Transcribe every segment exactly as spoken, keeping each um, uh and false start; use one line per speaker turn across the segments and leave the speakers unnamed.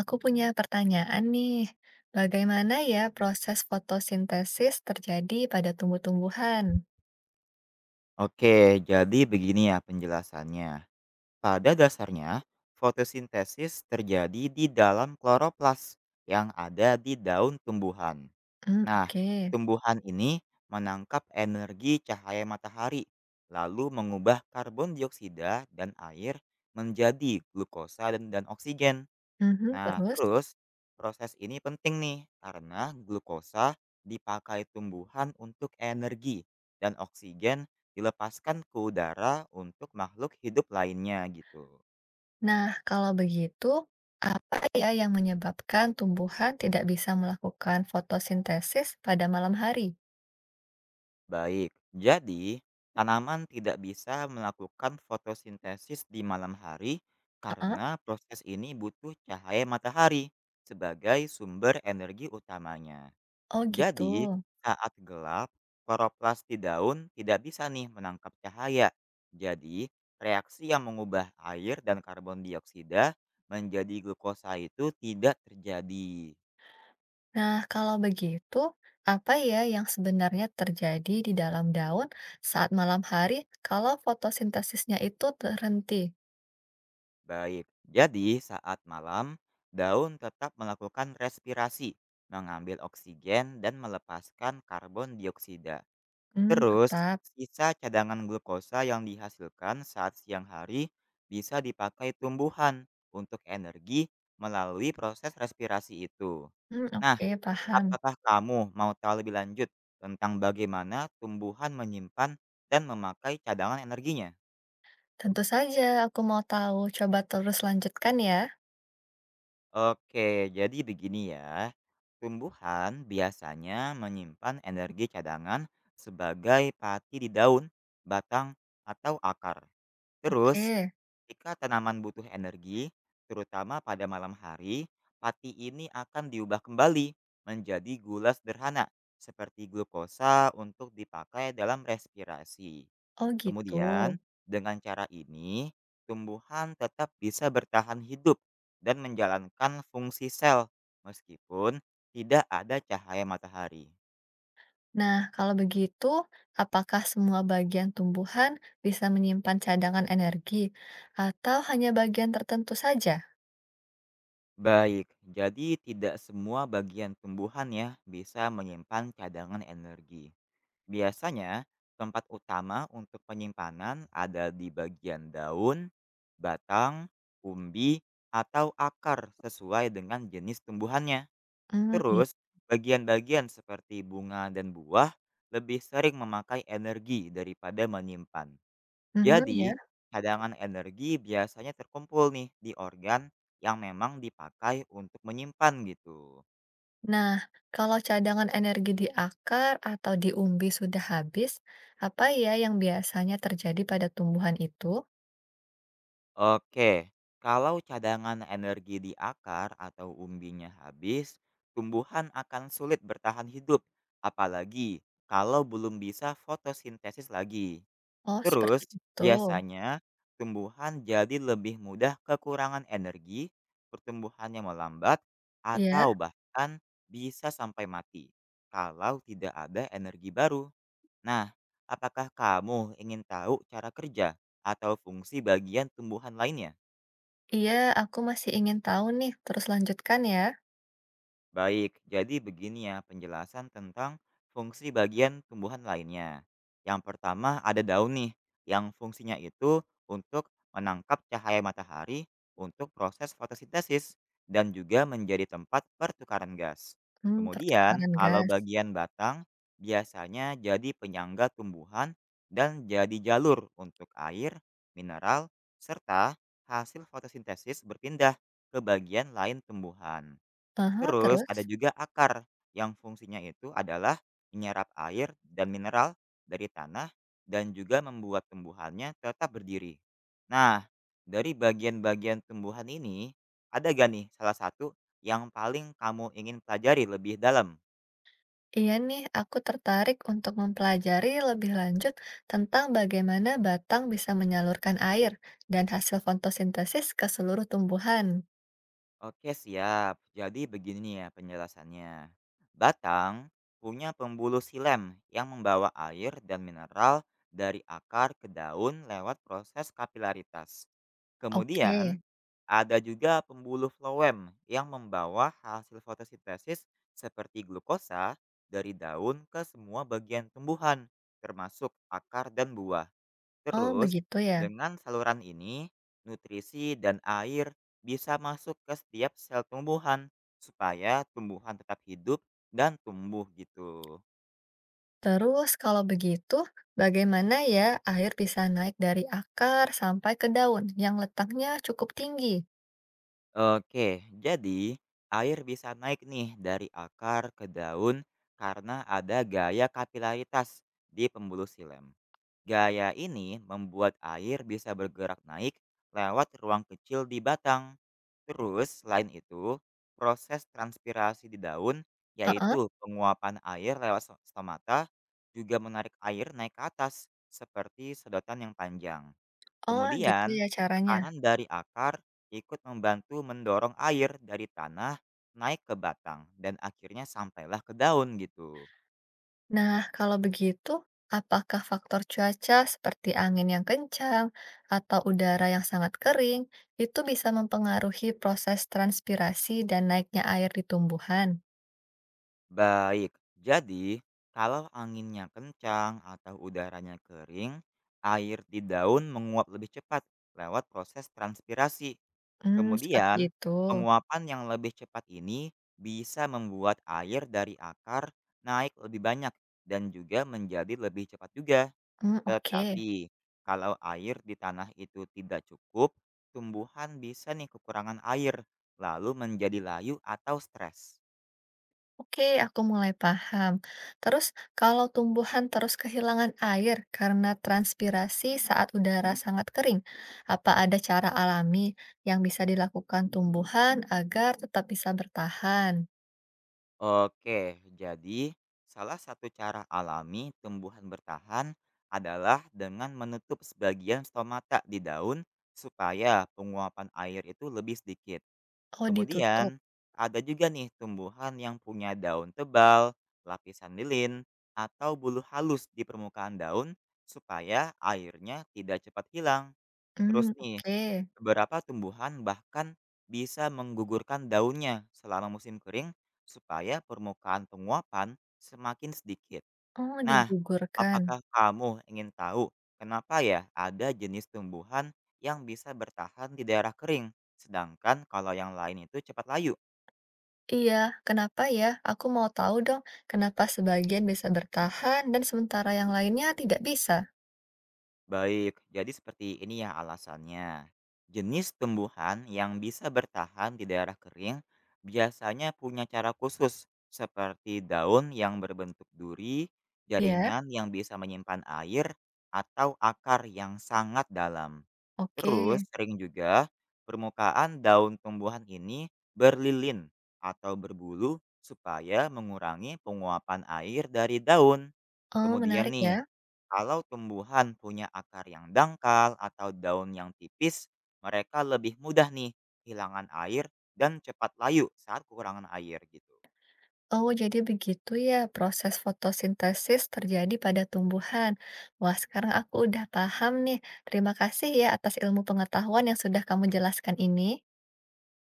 Aku punya pertanyaan nih, bagaimana ya proses fotosintesis terjadi pada tumbuh-tumbuhan?
Oke, jadi begini ya penjelasannya. Pada dasarnya, fotosintesis terjadi di dalam kloroplas yang ada di daun tumbuhan.
Hmm,
Nah,
oke.
tumbuhan ini menangkap energi cahaya matahari, lalu mengubah karbon dioksida dan air menjadi glukosa dan, dan oksigen.
Mhm,
Nah,
terus,
terus proses ini penting nih karena glukosa dipakai tumbuhan untuk energi dan oksigen dilepaskan ke udara untuk makhluk hidup lainnya gitu.
nah kalau begitu, apa ya yang menyebabkan tumbuhan tidak bisa melakukan fotosintesis pada malam hari?
Baik, jadi tanaman tidak bisa melakukan fotosintesis di malam hari
Heeh.
karena proses ini butuh cahaya matahari sebagai sumber energi utamanya.
Oh gitu.
Jadi, saat gelap, kloroplasti daun tidak bisa nih menangkap cahaya. Jadi, reaksi yang mengubah air dan karbon dioksida menjadi glukosa itu tidak terjadi.
Nah, kalau begitu, apa ya yang sebenarnya terjadi di dalam daun saat malam hari kalau fotosintesisnya itu terhenti?
Baik, jadi saat malam, daun tetap melakukan respirasi, mengambil oksigen dan melepaskan karbon dioksida.
Hmm,
Terus,
tetap.
sisa cadangan glukosa yang dihasilkan saat siang hari bisa dipakai tumbuhan untuk energi melalui proses respirasi itu.
Hmm,
Nah,
oke, paham.
apakah kamu mau tahu lebih lanjut tentang bagaimana tumbuhan menyimpan dan memakai cadangan energinya?
Tentu saja aku mau tahu, coba terus lanjutkan ya.
Oke, jadi begini ya. Tumbuhan biasanya menyimpan energi cadangan sebagai pati di daun, batang, atau akar. Terus,
Oke.
jika tanaman butuh energi, terutama pada malam hari, pati ini akan diubah kembali menjadi gula sederhana seperti glukosa untuk dipakai dalam respirasi.
Oh gitu.
Kemudian, dengan cara ini, tumbuhan tetap bisa bertahan hidup dan menjalankan fungsi sel meskipun tidak ada cahaya matahari.
Nah kalau begitu, apakah semua bagian tumbuhan bisa menyimpan cadangan energi atau hanya bagian tertentu saja?
Baik, jadi tidak semua bagian tumbuhan ya bisa menyimpan cadangan energi. Biasanya, tempat utama untuk penyimpanan ada di bagian daun, batang, umbi, atau akar sesuai dengan jenis tumbuhannya.
Hmm, iya.
Terus, bagian-bagian seperti bunga dan buah lebih sering memakai energi daripada menyimpan.
Mhm,
Jadi,
ya.
cadangan energi biasanya terkumpul nih di organ yang memang dipakai untuk menyimpan gitu.
Nah, kalau cadangan energi di akar atau di umbi sudah habis, apa ya yang biasanya terjadi pada tumbuhan itu?
Oke, kalau cadangan energi di akar atau umbinya habis, tumbuhan akan sulit bertahan hidup, apalagi kalau belum bisa fotosintesis lagi.
Oh
Terus,
seperti itu.
biasanya tumbuhan jadi lebih mudah kekurangan energi, pertumbuhannya melambat,
Iya?
atau bahkan bisa sampai mati kalau tidak ada energi baru. Nah, apakah kamu ingin tahu cara kerja atau fungsi bagian tumbuhan lainnya?
Iya, aku masih ingin tahu nih, terus lanjutkan ya.
Baik, jadi begini ya penjelasan tentang fungsi bagian tumbuhan lainnya. Yang pertama ada daun nih, yang fungsinya itu untuk menangkap cahaya matahari untuk proses fotosintesis dan juga menjadi tempat pertukaran gas.
Hmm,
Kemudian,
pertukaran
kalau
gas.
bagian batang biasanya jadi penyangga tumbuhan dan jadi jalur untuk air, mineral, serta hasil fotosintesis berpindah ke bagian lain tumbuhan.
Aha,
Terus ada
terus?
juga akar, yang fungsinya itu adalah menyerap air dan mineral dari tanah dan juga membuat tumbuhannya tetap berdiri. Nah, dari bagian-bagian tumbuhan ini, ada gak nih salah satu yang paling kamu ingin pelajari lebih dalam?
Iya nih, aku tertarik untuk mempelajari lebih lanjut tentang bagaimana batang bisa menyalurkan air dan hasil fotosintesis ke seluruh tumbuhan.
Oke, siap. Jadi begini nih ya penjelasannya. Batang punya pembuluh silem yang membawa air dan mineral dari akar ke daun lewat proses kapilaritas.
Oke,
Kemudian, ada juga pembuluh floem yang membawa hasil fotosintesis seperti glukosa dari daun ke semua bagian tumbuhan, termasuk akar dan buah.
oh
Terus,
begitu ya.
dengan saluran ini, nutrisi dan air bisa masuk ke setiap sel tumbuhan supaya tumbuhan tetap hidup dan tumbuh gitu.
Terus kalau begitu, bagaimana ya air bisa naik dari akar sampai ke daun yang letaknya cukup tinggi?
Oke, jadi air bisa naik nih dari akar ke daun karena ada gaya kapilaritas di pembuluh silem. Gaya ini membuat air bisa bergerak naik lewat ruang kecil di batang. Terus, selain itu, proses transpirasi di daun,
Heeh.
yaitu penguapan air lewat sto- stomata, juga menarik air naik ke atas, seperti sedotan yang panjang.
Oh gitu
Kemudian,
ya caranya.
tekanan dari akar ikut membantu mendorong air dari tanah naik ke batang dan akhirnya sampailah ke daun gitu.
Nah, kalau begitu, apakah faktor cuaca seperti angin yang kencang atau udara yang sangat kering itu bisa mempengaruhi proses transpirasi dan naiknya air di tumbuhan?
Baik, jadi kalau anginnya kencang atau udaranya kering, air di daun menguap lebih cepat lewat proses transpirasi.
Hmm, seperti
Kemudian,
itu.
penguapan yang lebih cepat ini bisa membuat air dari akar naik lebih banyak dan juga menjadi lebih cepat juga.
Hmm, oke.
Tetapi, kalau air di tanah itu tidak cukup, tumbuhan bisa nih kekurangan air, lalu menjadi layu atau stres.
Oke, aku mulai paham. Terus, kalau tumbuhan terus kehilangan air karena transpirasi saat udara sangat kering, apa ada cara alami yang bisa dilakukan tumbuhan agar tetap bisa bertahan?
Oke, jadi salah satu cara alami tumbuhan bertahan adalah dengan menutup sebagian stomata di daun supaya penguapan air itu lebih sedikit.
Oh, ditutup.
Kemudian, ada juga nih tumbuhan yang punya daun tebal, lapisan lilin, atau bulu halus di permukaan daun supaya airnya tidak cepat hilang. Terus
Hmm,
nih,
oke.
beberapa tumbuhan bahkan bisa menggugurkan daunnya selama musim kering supaya permukaan penguapan semakin sedikit.
Oh,
Nah,
digugurkan.
apakah kamu ingin tahu kenapa ya ada jenis tumbuhan yang bisa bertahan di daerah kering, sedangkan kalau yang lain itu cepat layu?
Iya, kenapa ya? Aku mau tahu dong, kenapa sebagian bisa bertahan dan sementara yang lainnya tidak bisa?
Baik, jadi seperti ini ya alasannya. Jenis tumbuhan yang bisa bertahan di daerah kering biasanya punya cara khusus, seperti daun yang berbentuk duri,
Iya?
jaringan yang bisa menyimpan air, atau akar yang sangat dalam.
Oke.
Terus sering juga permukaan daun tumbuhan ini berlilin atau berbulu supaya mengurangi penguapan air dari daun.
Oh,
Kemudian
menarik
nih,
ya.
kalau tumbuhan punya akar yang dangkal atau daun yang tipis, mereka lebih mudah nih kehilangan air dan cepat layu saat kekurangan air gitu.
Oh, jadi begitu ya proses fotosintesis terjadi pada tumbuhan. Wah, sekarang aku udah paham nih. Terima kasih ya atas ilmu pengetahuan yang sudah kamu jelaskan ini.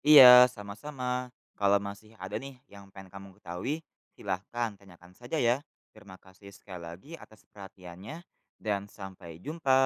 Iya, sama-sama. Kalau masih ada nih yang pengen kamu ketahui, silahkan tanyakan saja ya. Terima kasih sekali lagi atas perhatiannya, dan sampai jumpa.